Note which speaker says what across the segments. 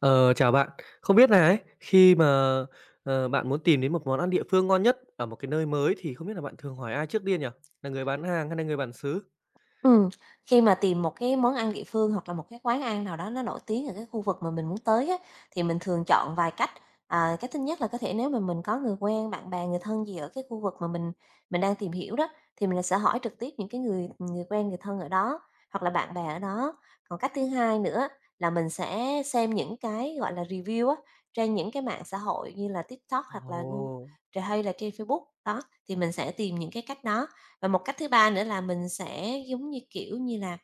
Speaker 1: Ờ, Chào bạn. Không biết là ấy, khi mà, bạn muốn tìm đến một món ăn địa phương ngon nhất ở một cái nơi mới thì không biết là bạn thường hỏi ai trước tiên nhỉ? Là người bán hàng hay là người bản xứ?
Speaker 2: Ừm, Khi mà tìm một cái món ăn địa phương hoặc là một cái quán ăn nào đó nó nổi tiếng ở cái khu vực mà mình muốn tới á, thì mình thường chọn vài cách. Cái thứ nhất là có thể nếu mà mình có người quen, bạn bè, người thân gì ở cái khu vực mà mình đang tìm hiểu đó, thì mình sẽ hỏi trực tiếp những cái người người quen, người thân ở đó, hoặc là bạn bè ở đó. Còn cách thứ hai nữa là mình sẽ xem những cái, gọi là, review á, trên những cái mạng xã hội như là TikTok hoặc là Google
Speaker 1: Ồ.
Speaker 2: hay là trên Facebook, đó, thì mình sẽ tìm những cái cách đó. Và một cách thứ ba nữa là mình sẽ, giống như, kiểu như là,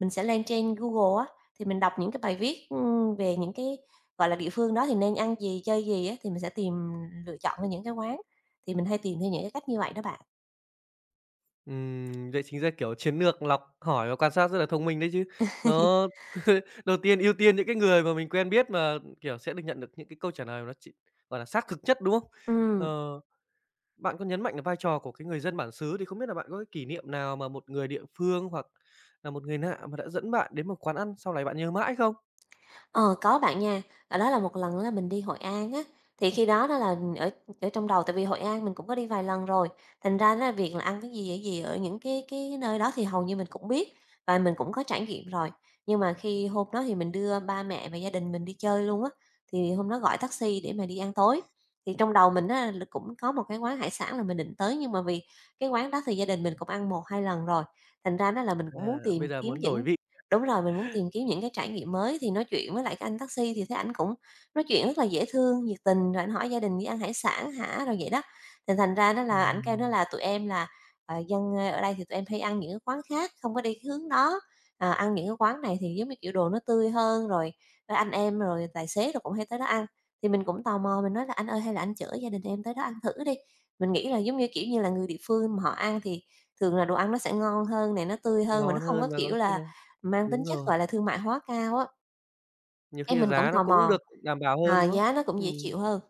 Speaker 2: mình sẽ lên trên Google á, thì mình đọc những cái bài viết, về những cái, gọi là, địa phương đó thì nên ăn gì, chơi gì á, thì mình sẽ tìm lựa chọn ra những cái quán, thì mình hay tìm theo những cái cách như vậy đó bạn.
Speaker 1: Vậy chính ra, kiểu, chiến lược lọc hỏi và quan sát rất là thông minh đấy chứ. Nó đầu tiên ưu tiên những cái người mà mình quen biết mà, kiểu, sẽ được nhận được những cái câu trả lời mà nó gọi là, xác thực nhất, đúng không?
Speaker 2: Ừm.
Speaker 1: Ờ. Bạn có nhấn mạnh đến vai trò của cái người dân bản xứ, thì không biết là bạn có cái kỷ niệm nào mà một người địa phương hoặc là một người lạ mà đã dẫn bạn đến một quán ăn sau này bạn nhớ mãi không?
Speaker 2: Ờ, có bạn nha. Ờ, đó là một lần là mình đi Hội An á, thì khi đó đó là ở ở trong đầu tại vì Hội An mình cũng có đi vài lần rồi, thành ra đó việc là ăn cái gì ở những cái nơi đó thì hầu như mình cũng biết và mình cũng có trải nghiệm rồi. Nhưng mà khi hôm đó thì mình đưa ba mẹ và gia đình mình đi chơi luôn á, thì hôm đó gọi taxi để mà đi ăn tối. Thì trong đầu mình á là cũng có một cái quán hải sản là mình định tới, nhưng mà vì cái quán đó thì gia đình mình cũng ăn một 2 lần rồi, thành ra đó là mình cũng muốn
Speaker 1: À, bây
Speaker 2: tìm
Speaker 1: giờ
Speaker 2: kiếm
Speaker 1: muốn đổi
Speaker 2: những.
Speaker 1: vị.
Speaker 2: Đúng rồi, mình muốn tìm kiếm những cái trải nghiệm mới thì nói chuyện với lại cái anh taxi thì thấy ảnh cũng nói chuyện rất là dễ thương, nhiệt tình, rồi ảnh hỏi gia đình đi ăn hải sản hả, rồi vậy đó. Thì thành ra đó là ảnh kêu đó
Speaker 1: ừm,
Speaker 2: là tụi em là, ờ, dân, ơ, ở đây thì tụi em hay ăn những cái quán khác, không có đi cái hướng đó, à, ăn những cái quán này thì giống như, kiểu, đồ nó tươi hơn, rồi với anh em, rồi tài xế rồi cũng hay tới đó ăn. Thì mình cũng tò mò mình nói là "Anh ơi, hay là anh chở gia đình em tới đó ăn thử đi." Mình nghĩ là giống như, kiểu như là, người địa phương mà họ ăn thì thường là đồ ăn nó sẽ ngon hơn, này nó tươi hơn mà nó
Speaker 1: Ngon
Speaker 2: không có,
Speaker 1: hơn và
Speaker 2: kiểu
Speaker 1: có khi
Speaker 2: là
Speaker 1: là
Speaker 2: mang tính
Speaker 1: đúng
Speaker 2: chất,
Speaker 1: rồi,
Speaker 2: gọi là, thương mại hóa cao á,
Speaker 1: nhiều
Speaker 2: cái
Speaker 1: khi là
Speaker 2: mình cũng
Speaker 1: giá nó
Speaker 2: tò
Speaker 1: cũng
Speaker 2: mò,
Speaker 1: được đảm bảo hơn,
Speaker 2: ờ,
Speaker 1: đúng không?
Speaker 2: giá nó cũng dễ
Speaker 1: Ừm.
Speaker 2: chịu hơn,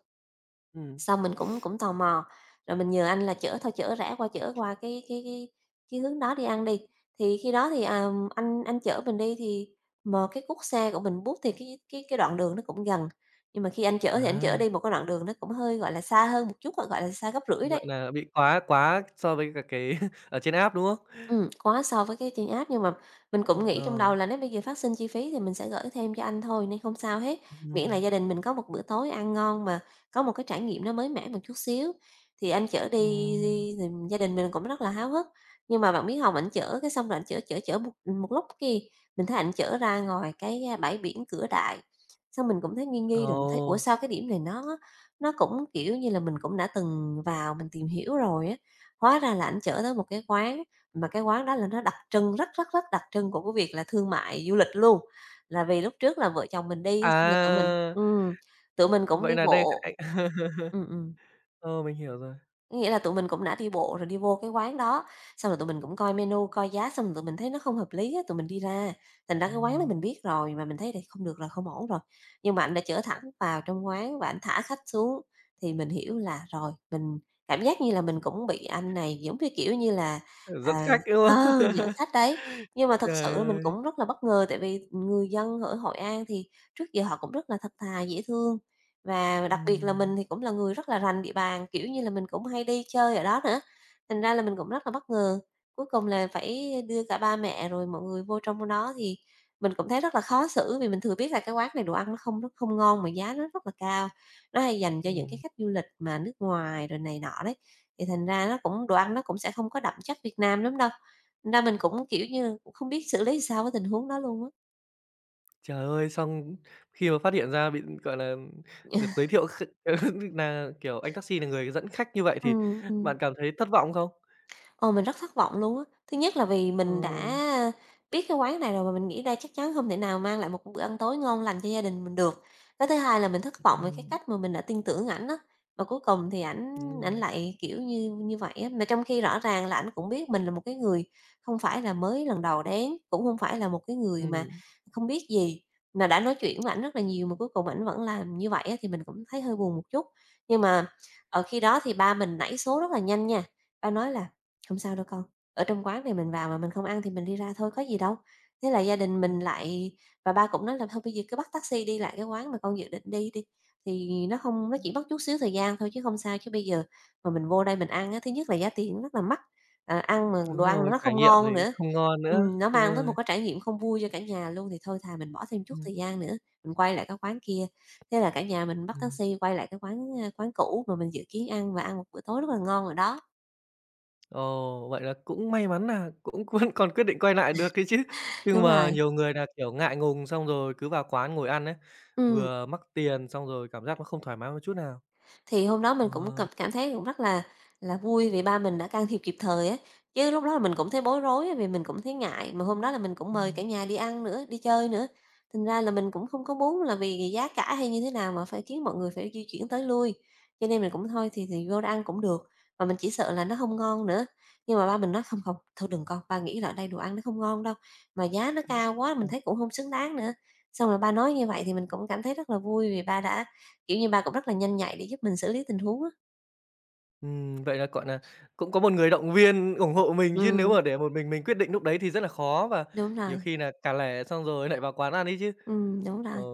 Speaker 1: Ừm.
Speaker 2: xong mình cũng cũng tò mò, rồi mình nhờ anh là chở thôi chở rẽ qua chở qua cái cái hướng đó đi ăn đi. Thì khi đó thì, à, anh chở mình đi thì mà cái cuốc xe của mình bút thì cái đoạn đường nó cũng gần, nhưng mà khi anh chở thì anh chở
Speaker 1: À,
Speaker 2: đi một cái đoạn đường nó cũng hơi, gọi là, xa hơn một chút, gọi là, xa gấp rưỡi
Speaker 1: vậy
Speaker 2: đấy.
Speaker 1: là bị quá quá so với cả cái ở trên app, đúng không?
Speaker 2: Quá so với cái trên app, nhưng mà mình cũng nghĩ trong đầu
Speaker 1: Ờ.
Speaker 2: là nếu bây giờ phát sinh chi phí thì mình sẽ gửi thêm cho anh thôi nên không sao hết, miễn là
Speaker 1: Ừm.
Speaker 2: gia đình mình có một bữa tối ăn ngon mà có một cái trải nghiệm nó mới mẻ một chút xíu. Thì anh chở đi
Speaker 1: Ừm.
Speaker 2: đi thì gia đình mình cũng rất là háo hức, nhưng mà bạn biết không, ảnh chở cái xong rồi ảnh chở một một lúc kia, mình thấy ảnh chở ra ngoài cái, bãi biển Cửa Đại, xong mình cũng thấy nghi nghi rồi mình thấy, ủa,
Speaker 1: Ồ.
Speaker 2: sao cái điểm này nó cũng, kiểu như là, mình cũng đã từng vào mình tìm hiểu rồi á, hóa ra là ảnh chở tới một cái quán mà cái quán đó là nó đặc trưng, rất đặc trưng của cái việc là thương mại du lịch luôn. Là vì lúc trước là vợ chồng mình đi xong rồi
Speaker 1: À,
Speaker 2: tụi mình cũng đi
Speaker 1: vậy là đây
Speaker 2: bộ.
Speaker 1: anh,
Speaker 2: Ừm, ừm.
Speaker 1: ờ, mình hiểu rồi.
Speaker 2: Nghĩa là tụi mình cũng đã đi bộ rồi đi vô cái quán đó, xong rồi tụi mình cũng coi menu, coi giá xong rồi tụi mình thấy nó không hợp lý á, tụi mình đi ra. Thành ra cái quán đó
Speaker 1: Ờ.
Speaker 2: mình biết rồi mà mình thấy đây không được rồi, không ổn rồi. Nhưng mà anh đã chở thẳng vào trong quán và anh thả khách xuống, thì mình hiểu là rồi, mình cảm giác như là mình cũng bị anh này, giống như, kiểu như là,
Speaker 1: Kiểu, dẫn
Speaker 2: à
Speaker 1: khách, đúng không?
Speaker 2: ờ, dẫn khách đấy. Nhưng mà thật sự
Speaker 1: Trời
Speaker 2: là mình
Speaker 1: ơi!
Speaker 2: cũng rất là bất ngờ tại vì người dân ở Hội An thì trước giờ họ cũng rất là thật thà, dễ thương. Và đặc biệt là mình
Speaker 1: Ừm.
Speaker 2: thì cũng là người rất là rành địa bàn, kiểu như là, mình cũng hay đi chơi ở đó nữa, thành ra là mình cũng rất là bất ngờ. Cuối cùng là phải đưa cả ba mẹ rồi mọi người vô trong đó thì mình cũng thấy rất là khó xử vì mình thừa biết là cái quán này đồ ăn nó không ngon mà giá nó rất là cao. Nó hay dành cho những cái
Speaker 1: Ừm.
Speaker 2: khách du lịch mà nước ngoài rồi này nọ đấy, thì thành ra nó cũng đồ ăn nó cũng sẽ không có đậm chất Việt Nam lắm đâu, thành ra mình cũng, kiểu như, cũng không biết xử lý sao với tình huống đó luôn á.
Speaker 1: Trời ơi, xong khi mà phát hiện ra bị, gọi là, được giới thiệu nà, kiểu, anh taxi là người dẫn khách như vậy thì
Speaker 2: Ừ, ừ.
Speaker 1: bạn cảm thấy thất vọng không?
Speaker 2: Ờ, mình rất thất vọng luôn á. Thứ nhất là vì
Speaker 1: Ờ.
Speaker 2: mình đã biết cái quán này rồi mà mình nghĩ đây chắc chắn không thể nào mang lại một bữa ăn tối ngon lành cho gia đình mình được. Cái thứ hai là mình thất vọng về cái
Speaker 1: Ừm.
Speaker 2: cách mà mình đã tin tưởng ảnh á, mà cuối cùng thì ảnh
Speaker 1: Đúng
Speaker 2: ảnh
Speaker 1: rồi.
Speaker 2: lại, kiểu như, như vậy á. Mà trong khi rõ ràng là ảnh cũng biết mình là một cái người không phải là mới lần đầu đến, cũng không phải là một cái người mà
Speaker 1: Ừm.
Speaker 2: không biết gì, mà đã nói chuyện với ảnh rất là nhiều mà cuối cùng ảnh vẫn làm như vậy á thì mình cũng thấy hơi buồn một chút. Nhưng mà, ở khi đó thì ba mình nảy số rất là nhanh nha, ba nói là không sao đâu con, ở trong quán này mình vào mà mình không ăn thì mình đi ra thôi, có gì đâu. Thế là gia đình mình
Speaker 1: Ừm.
Speaker 2: lại và ba cũng nói là thôi bây giờ cứ bắt taxi đi lại cái quán mà con dự định đi đi, thì không nó chỉ mất chút xíu thời gian thôi chứ không sao. Chứ bây giờ mà mình vô đây mình ăn á, thứ nhất là giá tiền nó rất là mắc, à, ăn mà đồ
Speaker 1: Đúng
Speaker 2: ăn
Speaker 1: rồi,
Speaker 2: nó
Speaker 1: trải
Speaker 2: không
Speaker 1: nghiệm thì
Speaker 2: ngon nữa,
Speaker 1: không ngon nữa,
Speaker 2: nó
Speaker 1: đúng
Speaker 2: mang tới một
Speaker 1: rồi.
Speaker 2: cái trải nghiệm không vui cho cả nhà luôn, thì thôi thà mình bỏ thêm chút
Speaker 1: Ừm.
Speaker 2: thời gian nữa, mình quay lại cái quán kia. Thế là cả nhà mình bắt
Speaker 1: Ừm.
Speaker 2: taxi quay lại cái quán, quán cũ mà mình dự kiến ăn và ăn một bữa tối rất là ngon rồi đó.
Speaker 1: Ồ, vậy là cũng may mắn là cũng vẫn còn quyết định quay lại được ấy chứ. Chứ
Speaker 2: Đúng
Speaker 1: mà
Speaker 2: rồi,
Speaker 1: nhiều người là kiểu, ngại ngùng xong rồi cứ vào quán ngồi ăn ấy,
Speaker 2: ừ.
Speaker 1: vừa mắc tiền xong rồi cảm giác nó không thoải mái một chút nào.
Speaker 2: Thì hôm đó mình cũng
Speaker 1: Ờ.
Speaker 2: cảm cảm thấy cũng rất là vui vì ba mình đã can thiệp kịp thời á, chứ lúc đó là mình cũng thấy bối rối á, vì mình cũng thấy ngại, mà hôm đó
Speaker 1: cũng
Speaker 2: là mình cũng mời cả
Speaker 1: ừm,
Speaker 2: nhà đi ăn nữa, đi chơi nữa. Thành ra là mình cũng không có muốn là vì giá cả hay như thế nào mà phải khiến mọi người phải di chuyển tới lui. Cho nên mình cũng thôi thì vô đó ăn cũng được, mà mình chỉ sợ là nó không ngon nữa. Nhưng mà ba mình nói: "Không, không, thôi đừng con, ba nghĩ là ở đây đồ ăn nó không ngon đâu, mà giá nó cao quá mình thấy cũng không xứng đáng nữa." Xong rồi ba nói như vậy thì mình cũng cảm thấy rất là vui vì ba đã kiểu như, ba cũng rất là nhanh nhạy để giúp mình xử lý tình huống á.
Speaker 1: Vậy là, gọi là cũng có một người động viên ủng hộ mình chứ nếu
Speaker 2: Ừm.
Speaker 1: mà để một mình quyết định lúc đấy thì rất là khó và
Speaker 2: Đúng
Speaker 1: nhiều
Speaker 2: rồi,
Speaker 1: khi là cả lẻ xong rồi lại vào quán ăn ấy chứ.
Speaker 2: đúng
Speaker 1: Ờ.
Speaker 2: rồi.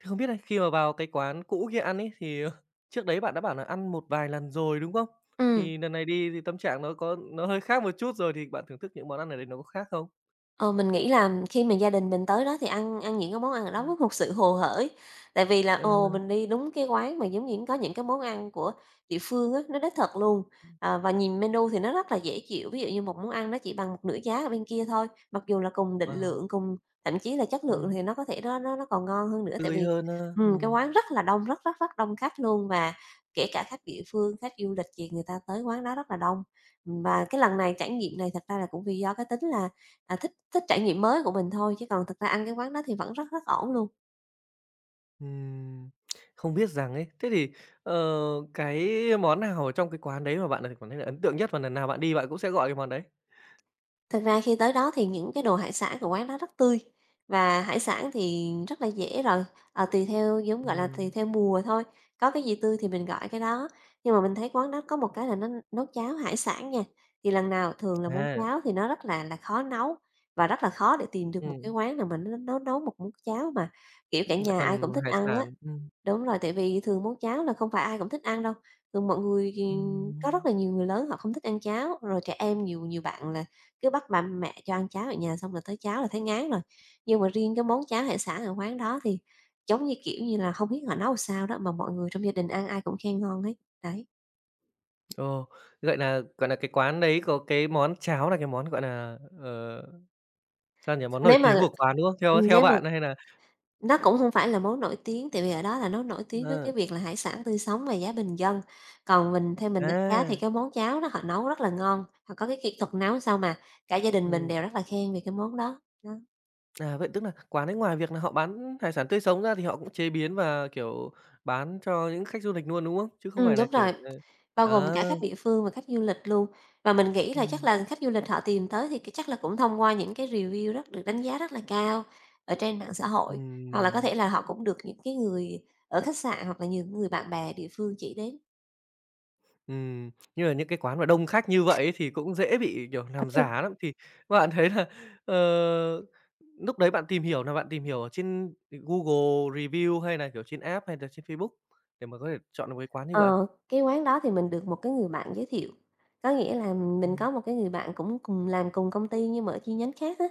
Speaker 1: Thì không biết đây, khi mà vào cái quán cũ kia ăn ấy, thì, trước đấy bạn đã bảo là ăn một vài lần rồi, đúng không?
Speaker 2: Ừm.
Speaker 1: Thì lần này đi thì tâm trạng nó nó hơi khác một chút rồi, thì bạn thưởng thức những món ăn ở đấy nó có khác không?
Speaker 2: Ờ, mình nghĩ là khi mà gia đình mình tới đó thì ăn ăn những cái món ăn ở đó
Speaker 1: Ừm.
Speaker 2: với một sự hồ hởi. Tại vì là, ồ,
Speaker 1: Ờ.
Speaker 2: mình đi đúng cái quán mà giống như có những cái món ăn của địa phương á, nó đích thực luôn. À, và nhìn menu thì nó rất là dễ chịu, ví dụ như một món ăn nó chỉ bằng một nửa giá ở bên kia thôi, mặc dù là cùng định
Speaker 1: Wow.
Speaker 2: lượng, cùng thậm chí là chất lượng
Speaker 1: ừm,
Speaker 2: thì nó có thể nó còn ngon hơn nữa. Tại
Speaker 1: Tươi
Speaker 2: vì,
Speaker 1: hơn ha.
Speaker 2: cái
Speaker 1: Ừm.
Speaker 2: quán rất là đông, rất rất rất đông khách luôn và kể cả khách địa phương, khách du lịch gì người ta tới quán đó rất là đông. Và cái lần này trải nghiệm này thật ra là cũng vì do cái tính là thích thích trải nghiệm mới của mình thôi, chứ còn thực ra ăn cái quán đó thì vẫn rất rất ổn luôn.
Speaker 1: Ừm. Không biết rằng ấy, thế thì, ờ, cái món nào ở trong cái quán đấy mà bạn, là cảm thấy là ấn tượng nhất và lần nào bạn đi bạn cũng sẽ gọi cái món đấy?
Speaker 2: Thực ra khi tới đó thì những cái đồ hải sản của quán đó rất tươi và hải sản thì rất là dễ rồi, ờ, tùy theo giống, gọi là, tùy
Speaker 1: Ừm.
Speaker 2: theo mùa thôi, có cái gì tươi thì mình gọi cái đó. Nhưng mà mình thấy quán đó có một cái là nó nấu cháo hải sản nha, thì lần nào thường là món
Speaker 1: À.
Speaker 2: cháo thì nó rất là khó nấu và rất là khó để tìm được một cái
Speaker 1: ừm,
Speaker 2: quán nào mà nó nấu nấu một món cháo mà, kiểu, cả
Speaker 1: Lại
Speaker 2: nhà ai
Speaker 1: còn
Speaker 2: cũng thích
Speaker 1: hải
Speaker 2: ăn á.
Speaker 1: sản. Ừm.
Speaker 2: Đúng rồi, tại vì thường món cháo là không phải ai cũng thích ăn đâu. Thường mọi người thì có rất
Speaker 1: Ừm.
Speaker 2: là nhiều người lớn họ không thích ăn cháo, rồi trẻ em nhiều nhiều bạn là cứ bắt ba mẹ cho ăn cháo ở nhà xong là tới cháo là thấy ngán rồi. Nhưng mà riêng cái món cháo hải sản ở quán đó thì giống như, kiểu như là, không biết họ nấu sao đó mà mọi người trong gia đình ăn ai cũng khen ngon ấy, đấy.
Speaker 1: Ồ, vậy là gọi là cái quán đấy có cái món cháo là cái món, gọi là sao nhỉ, món nổi
Speaker 2: Nếu
Speaker 1: tiếng
Speaker 2: mà
Speaker 1: của quán, đúng không? Theo theo
Speaker 2: nếu mà
Speaker 1: bạn hay là
Speaker 2: Nó cũng không phải là món nổi tiếng, tại vì ở đó là nó nổi tiếng với
Speaker 1: ờ,
Speaker 2: cái việc là hải sản tươi sống và giá bình dân. Còn mình theo mình đánh giá thì
Speaker 1: à,
Speaker 2: cái món cháo đó họ nấu rất là ngon, họ có cái kỹ thuật nấu sao mà cả gia đình mình
Speaker 1: ừm,
Speaker 2: đều rất là khen về cái món đó, đó.
Speaker 1: à, vậy tức là quán ấy ngoài việc là họ bán hải sản tươi sống ra thì họ cũng chế biến và, kiểu, bán cho những khách du lịch luôn, đúng không? Chứ không phải là
Speaker 2: Đúng
Speaker 1: kiểu,
Speaker 2: rồi, bao
Speaker 1: ờ
Speaker 2: gồm cả khách
Speaker 1: à,
Speaker 2: địa phương và khách du lịch luôn. Và mình nghĩ là chắc
Speaker 1: ừm.
Speaker 2: là khách du lịch họ tìm tới thì cái chắc là cũng thông qua những cái review rất được đánh giá rất là cao ở trên mạng xã hội, hoặc là có
Speaker 1: Ừm.
Speaker 2: thể là họ cũng được những cái người ở khách sạn hoặc là những người bạn bè địa phương chỉ đến.
Speaker 1: Nhưng mà những cái quán mà đông khách như vậy ấy thì cũng dễ bị, kiểu, làm giả lắm. Thì bạn thấy là, ờ, núc đấy bạn tìm hiểu ở trên Google review hay nà, kiểu, trên app hay nà trên Facebook để mà có thể chọn được cái quán như vậy?
Speaker 2: Ờ, cái quán đó thì mình được một cái người bạn giới thiệu, có nghĩa là mình
Speaker 1: Ừm.
Speaker 2: có một cái người bạn cũng cùng làm cùng công ty nhưng mà ở chi nhánh khác á.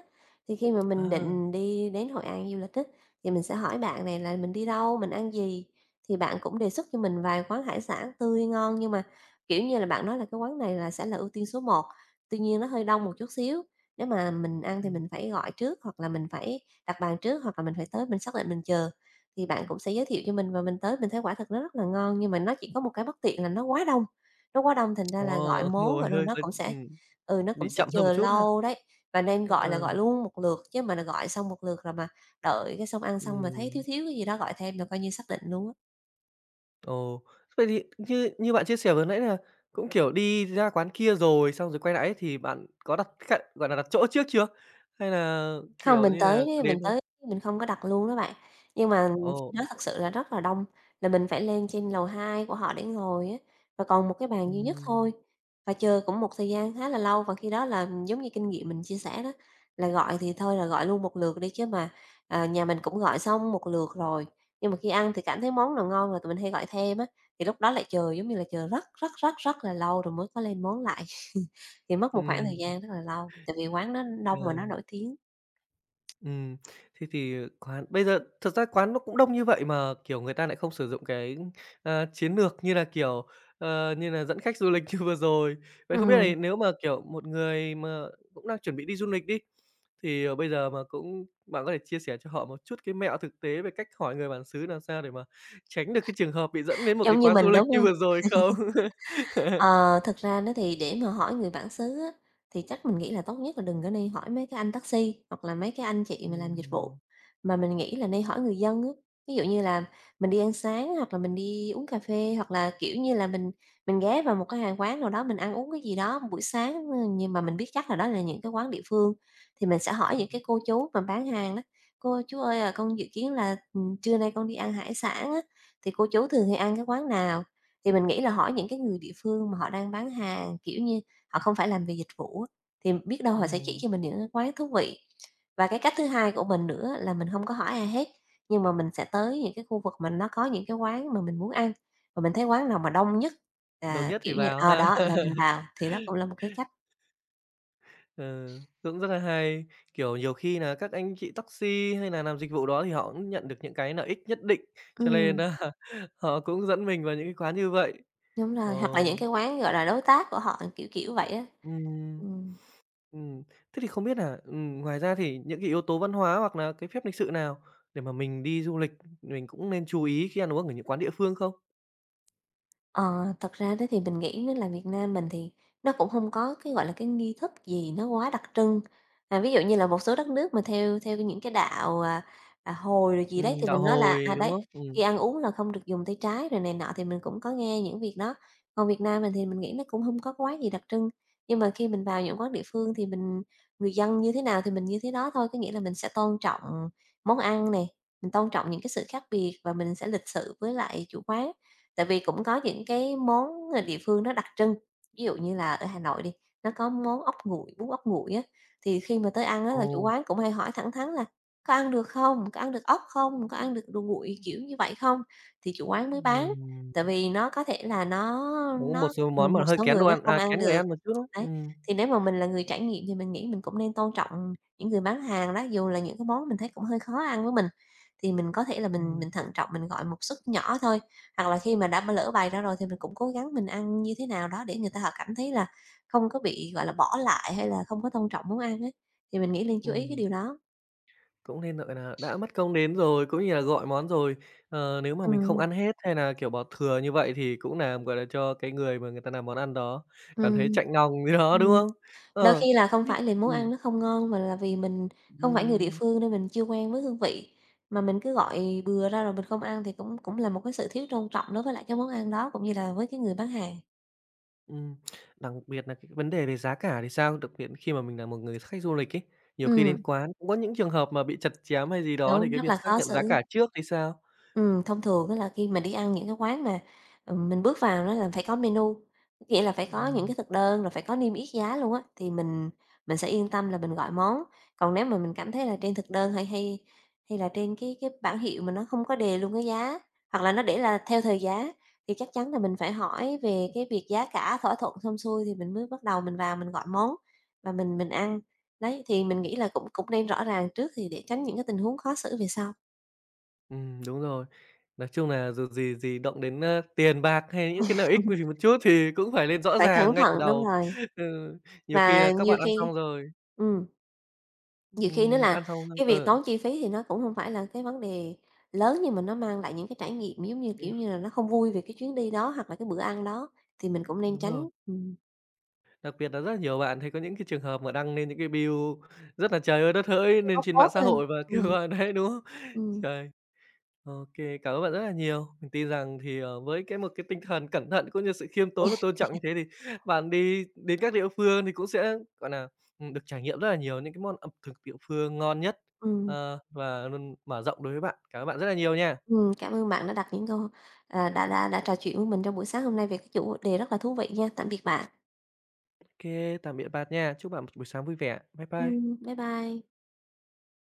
Speaker 2: Thì khi mà mình
Speaker 1: À.
Speaker 2: định đi đến Hội An du lịch á, thì mình sẽ hỏi bạn này là mình đi đâu, mình ăn gì, thì bạn cũng đề xuất cho mình vài quán hải sản tươi ngon nhưng mà, kiểu như là, bạn nói là cái quán này là sẽ là ưu tiên số một, tuy nhiên nó hơi đông một chút xíu, nếu mà mình ăn thì
Speaker 1: ừm,
Speaker 2: mình phải gọi trước hoặc là mình phải đặt bàn trước, hoặc là mình phải tới mình xác định mình chờ, thì bạn cũng sẽ giới thiệu cho mình và mình tới mình thấy quả thật nó rất là ngon, nhưng mà nó chỉ có một cái bất tiện là nó quá đông thành
Speaker 1: ờ,
Speaker 2: ra là gọi món,
Speaker 1: Ngồi
Speaker 2: gọi đồ
Speaker 1: hơi
Speaker 2: nó
Speaker 1: hơi
Speaker 2: cũng sẽ nó cũng
Speaker 1: bị
Speaker 2: sẽ
Speaker 1: chậm hơn một
Speaker 2: chờ
Speaker 1: chút ha?
Speaker 2: lâu đấy. Và nên gọi là
Speaker 1: Ờ.
Speaker 2: gọi luôn một lượt, chứ mà gọi xong một lượt rồi mà đợi cái xong ăn xong mà thấy thiếu
Speaker 1: Ừm.
Speaker 2: thiếu cái gì đó gọi thêm là coi như xác định luôn á.
Speaker 1: Ồ, vậy thì như như bạn chia sẻ vừa nãy là cũng, kiểu, đi ra quán kia rồi xong rồi quay lại ấy, thì bạn có đặt khách gọi là, đặt chỗ trước chưa? Hay là,
Speaker 2: Không,
Speaker 1: kiểu
Speaker 2: mình
Speaker 1: như
Speaker 2: tới
Speaker 1: là,
Speaker 2: đấy, mình
Speaker 1: đến thôi?
Speaker 2: tới mình không có đặt luôn đó bạn, nhưng mà khi
Speaker 1: Ồ.
Speaker 2: đó thật sự là rất là đông, là mình phải lên trên lầu 2 của họ để ngồi á, và còn một cái bàn duy nhất
Speaker 1: Ừm.
Speaker 2: thôi, và chờ cũng một thời gian khá là lâu. Và khi đó là giống như kinh nghiệm mình chia sẻ đó, là gọi thì thôi là gọi luôn một lượt đi chứ mà, à, nhà mình cũng gọi xong một lượt rồi, nhưng mà khi ăn thì cảm thấy món nào ngon rồi tụi mình hay gọi thêm á, thì lúc đó lại chờ, giống như là, chờ rất, rất, rất, rất là lâu rồi mới có lên món lại, thì mất một khoảng thời
Speaker 1: Ừm.
Speaker 2: gian rất là lâu, tại vì quán nó
Speaker 1: Ờ.
Speaker 2: đông mà nó nổi tiếng.
Speaker 1: Ừm, Thế thì quán bây giờ thật ra quán nó cũng đông như vậy mà, kiểu, người ta lại không sử dụng cái, chiến lược như là, kiểu, như là dẫn khách du lịch như vừa rồi. Vậy không biết
Speaker 2: Ừm,
Speaker 1: là nếu mà, kiểu, một người mà cũng đang chuẩn bị đi du lịch đi, thì, bây giờ mà cũng bạn có thể chia sẻ cho họ một chút cái mẹo thực tế về cách hỏi người bản xứ làm sao để mà tránh được cái trường hợp bị dẫn đến một cái
Speaker 2: giống như
Speaker 1: quán
Speaker 2: mình,
Speaker 1: du lịch
Speaker 2: đúng
Speaker 1: như
Speaker 2: hông?
Speaker 1: vừa rồi không?
Speaker 2: Ờ, thực ra đó thì để mà hỏi người bản xứ á, thì chắc mình nghĩ là tốt nhất là đừng có nên hỏi mấy cái anh taxi hoặc là mấy cái anh chị mà làm dịch vụ,
Speaker 1: Ừm,
Speaker 2: mà mình nghĩ là nên hỏi người dân á. Ví dụ như là mình đi ăn sáng hoặc là mình đi uống cà phê, hoặc là, kiểu như là, mình ghé vào một cái hàng quán nào đó mình ăn uống cái gì đó buổi sáng, ơ, nhưng mà mình biết chắc là đó là những cái quán địa phương, thì mình sẽ hỏi những cái cô chú mà bán hàng đó: "Cô ơi, chú ơi, à, con dự kiến là, trưa nay con đi ăn hải sản á, thì cô chú thường hay ăn cái quán nào?" Thì mình nghĩ là hỏi những cái người địa phương mà họ đang bán hàng, kiểu như, họ không phải làm về dịch vụ á, thì biết đâu họ sẽ chỉ
Speaker 1: ừm,
Speaker 2: cho mình những cái quán thú vị. Và cái cách thứ hai của mình nữa là mình không có hỏi ai hết, nhưng mà mình sẽ tới những cái khu vực mà nó có những cái quán mà mình muốn ăn, và mình thấy quán nào mà đông nhất,
Speaker 1: Đông
Speaker 2: à,
Speaker 1: nhất
Speaker 2: kiểu
Speaker 1: thì
Speaker 2: như
Speaker 1: vào
Speaker 2: ờ,
Speaker 1: ha.
Speaker 2: đó, là mình vào, thì đó cũng là một cái cách.
Speaker 1: Ừ, cũng rất là hay. Kiểu, nhiều khi là các anh chị taxi hay là làm dịch vụ đó thì họ cũng nhận được những cái lợi ích nhất định, cho nên
Speaker 2: Ừm,
Speaker 1: á họ cũng dẫn mình vào những cái quán như vậy.
Speaker 2: đúng
Speaker 1: Ờ.
Speaker 2: rồi, hoặc là những cái quán, gọi là, đối tác của họ, kiểu, kiểu vậy á.
Speaker 1: Ừm.
Speaker 2: Ừm.
Speaker 1: Ừm. Thế thì không biết là ngoài ra thì những cái yếu tố văn hóa hoặc là cái phép lịch sự nào để mà mình đi du lịch mình cũng nên chú ý khi ăn uống ở những quán địa phương không?
Speaker 2: Ờ, thật ra đó thì mình nghĩ nó là Việt Nam mình thì nó cũng không có cái, gọi là, cái nghi thức gì nó quá đặc trưng. À, ví dụ như là một số đất nước mà theo theo những cái đạo, à, à, Hồi rồi gì đấy thì
Speaker 1: Đạo
Speaker 2: mình nói là,
Speaker 1: Hồi,
Speaker 2: à,
Speaker 1: đúng
Speaker 2: đấy,
Speaker 1: không?
Speaker 2: khi ăn uống là không được dùng tay trái rồi này nọ thì mình cũng có nghe những việc đó. Còn Việt Nam mình thì mình nghĩ nó cũng không có quá gì đặc trưng, nhưng mà khi mình vào những quán địa phương thì mình người dân như thế nào thì mình như thế đó thôi, có nghĩa là mình sẽ tôn trọng món ăn này, mình tôn trọng những cái sự khác biệt và mình sẽ lịch sự với lại chủ quán. Tại vì cũng có những cái món, ờ, địa phương nó đặc trưng, ví dụ như là ở Hà Nội đi, nó có món ốc nguội, bún ốc nguội á, thì khi mà tới ăn á
Speaker 1: Ồ,
Speaker 2: là chủ quán cũng hay hỏi thẳng thắn là "Có ăn được không? Có ăn được ốc không? Có ăn được đồ nguội kiểu như vậy không?" Thì chủ quán mới bán,
Speaker 1: ừm,
Speaker 2: tại vì nó có thể là nó
Speaker 1: Đúng, một
Speaker 2: nó
Speaker 1: số món mà
Speaker 2: một
Speaker 1: hơi
Speaker 2: số
Speaker 1: kén
Speaker 2: người
Speaker 1: đồ
Speaker 2: nó
Speaker 1: ăn,
Speaker 2: không
Speaker 1: à,
Speaker 2: ăn
Speaker 1: kén người
Speaker 2: được.
Speaker 1: ăn một chút, đúng.
Speaker 2: Đấy,
Speaker 1: Ừm.
Speaker 2: thì nếu mà mình là người trải nghiệm thì mình nghĩ mình cũng nên tôn trọng những người bán hàng đó, dù là những cái món mình thấy cũng hơi khó ăn với mình. Thì mình có thể là mình
Speaker 1: Ừm.
Speaker 2: mình thận trọng mình gọi một suất nhỏ thôi, hoặc là khi mà đã b lỡ bày ra rồi thì mình cũng cố gắng mình ăn như thế nào đó để người ta họ cảm thấy là không có bị, gọi là, bỏ lại hay là không có tôn trọng món ăn ấy, thì mình nghĩ nên chú ý cái
Speaker 1: Ừm.
Speaker 2: điều đó.
Speaker 1: Cũng nên, gọi nà, đã mất công đến rồi, cũng như là gọi món rồi, nếu mà mình không
Speaker 2: Ừm,
Speaker 1: ăn hết hay nà, kiểu, bỏ thừa như vậy thì cũng làm, gọi là, cho cái người mà người ta làm món ăn đó cảm thấy
Speaker 2: ừm,
Speaker 1: chạnh lòng gì đó, đúng
Speaker 2: ừm,
Speaker 1: không?
Speaker 2: đôi
Speaker 1: Ờ.
Speaker 2: khi là không
Speaker 1: Biết.
Speaker 2: phải là món
Speaker 1: Ừm.
Speaker 2: ăn nó không ngon mà là vì mình không phải người địa
Speaker 1: Ừm.
Speaker 2: phương nên mình chưa quen với hương vị, mà mình cứ gọi bừa ra rồi mình không ăn thì cũng cũng là một cái sự thiếu tôn trọng đối với lại cái món ăn đó cũng như là với cái người bán hàng.
Speaker 1: Ừm. Đặc biệt nà cái vấn đề về giá cả thì sao? Đặc biệt khi mà mình là một người khách du lịch ấy, nhiều khi
Speaker 2: Ừm,
Speaker 1: đến quán cũng có những trường hợp mà bị chặt chém hay gì đó thì
Speaker 2: đúng,
Speaker 1: cái
Speaker 2: rất
Speaker 1: việc
Speaker 2: là
Speaker 1: xác
Speaker 2: khó
Speaker 1: nhận giá
Speaker 2: xử.
Speaker 1: cả trước thì sao?
Speaker 2: Thông thường đó là khi mà đi ăn những cái quán mà, mình bước vào nó là phải có menu, nghĩa là phải có những
Speaker 1: Ừm.
Speaker 2: cái thực đơn, rồi phải có niêm yết giá luôn á, thì mình sẽ yên tâm là mình gọi món. Còn nếu mà mình cảm thấy là trên thực đơn hay hay hay là trên cái bảng hiệu mà nó không có đề luôn cái giá, hoặc là nó để là theo thời giá, thì chắc chắn là mình phải hỏi về cái việc giá cả, thỏa thuận xong xuôi thì mình mới bắt đầu mình vào mình gọi món và mình ăn. Đấy, thì mình nghĩ là cũng cũng nên rõ ràng trước thì để tránh những cái tình huống khó xử về sau.
Speaker 1: Đúng rồi. Nói chung là dù gì gì động đến, tiền bạc hay những cái nlợi ích gì một chút thì cũng phải lên rõ
Speaker 2: Phải cẩn
Speaker 1: ràng ngay từ
Speaker 2: thận, đúng
Speaker 1: đầu.
Speaker 2: rồi.
Speaker 1: Ừ, nhiều khi
Speaker 2: Và
Speaker 1: là các bạn ăn xong rồi.
Speaker 2: ừm, nhiều khi nữa là
Speaker 1: Ăn xong,
Speaker 2: cái việc
Speaker 1: ờ,
Speaker 2: tốn chi phí thì nó cũng hông phải là cái vấn đề lớn, nhưng mà nó mang lại những cái trải nghiệm, giống như,
Speaker 1: cái
Speaker 2: kiểu như là, nó không vui về cái chuyến đi đó hoặc là cái bữa ăn đó, thì mình cũng nên
Speaker 1: đúng rồi.
Speaker 2: tránh,
Speaker 1: Đặc biệt là rất là nhiều bạn thấy có những cái trường hợp mà đăng lên những cái bill rất là trời ơi đất hỡi
Speaker 2: để
Speaker 1: lên
Speaker 2: bóc
Speaker 1: trên
Speaker 2: phốt
Speaker 1: mạng xã
Speaker 2: thôi.
Speaker 1: hội và kêu
Speaker 2: Ừm,
Speaker 1: gọi đấy, đúng không?
Speaker 2: ừm,
Speaker 1: Trời! OK, cảm ơn bạn rất là nhiều. Mình tin rằng thì, với cái một cái tinh thần cẩn thận cũng như sự khiêm tốn và tôn trọng như thế thì bạn đi đến các địa phương thì cũng sẽ, gọi là được trải nghiệm rất là nhiều những cái món ẩm thực địa phương ngon nhất,
Speaker 2: ừm,
Speaker 1: và luôn mở rộng đối với bạn. Cảm ơn bạn rất là nhiều nha.
Speaker 2: cảm ơn bạn đã đặt những câu à, đã trò chuyện với mình trong buổi sáng hôm nay về cái chủ đề rất là thú vị nha. Tạm biệt bạn.
Speaker 1: OK, tạm biệt bạn nha. Chúc bạn một buổi sáng vui vẻ. Bye bye.
Speaker 2: Bye bye.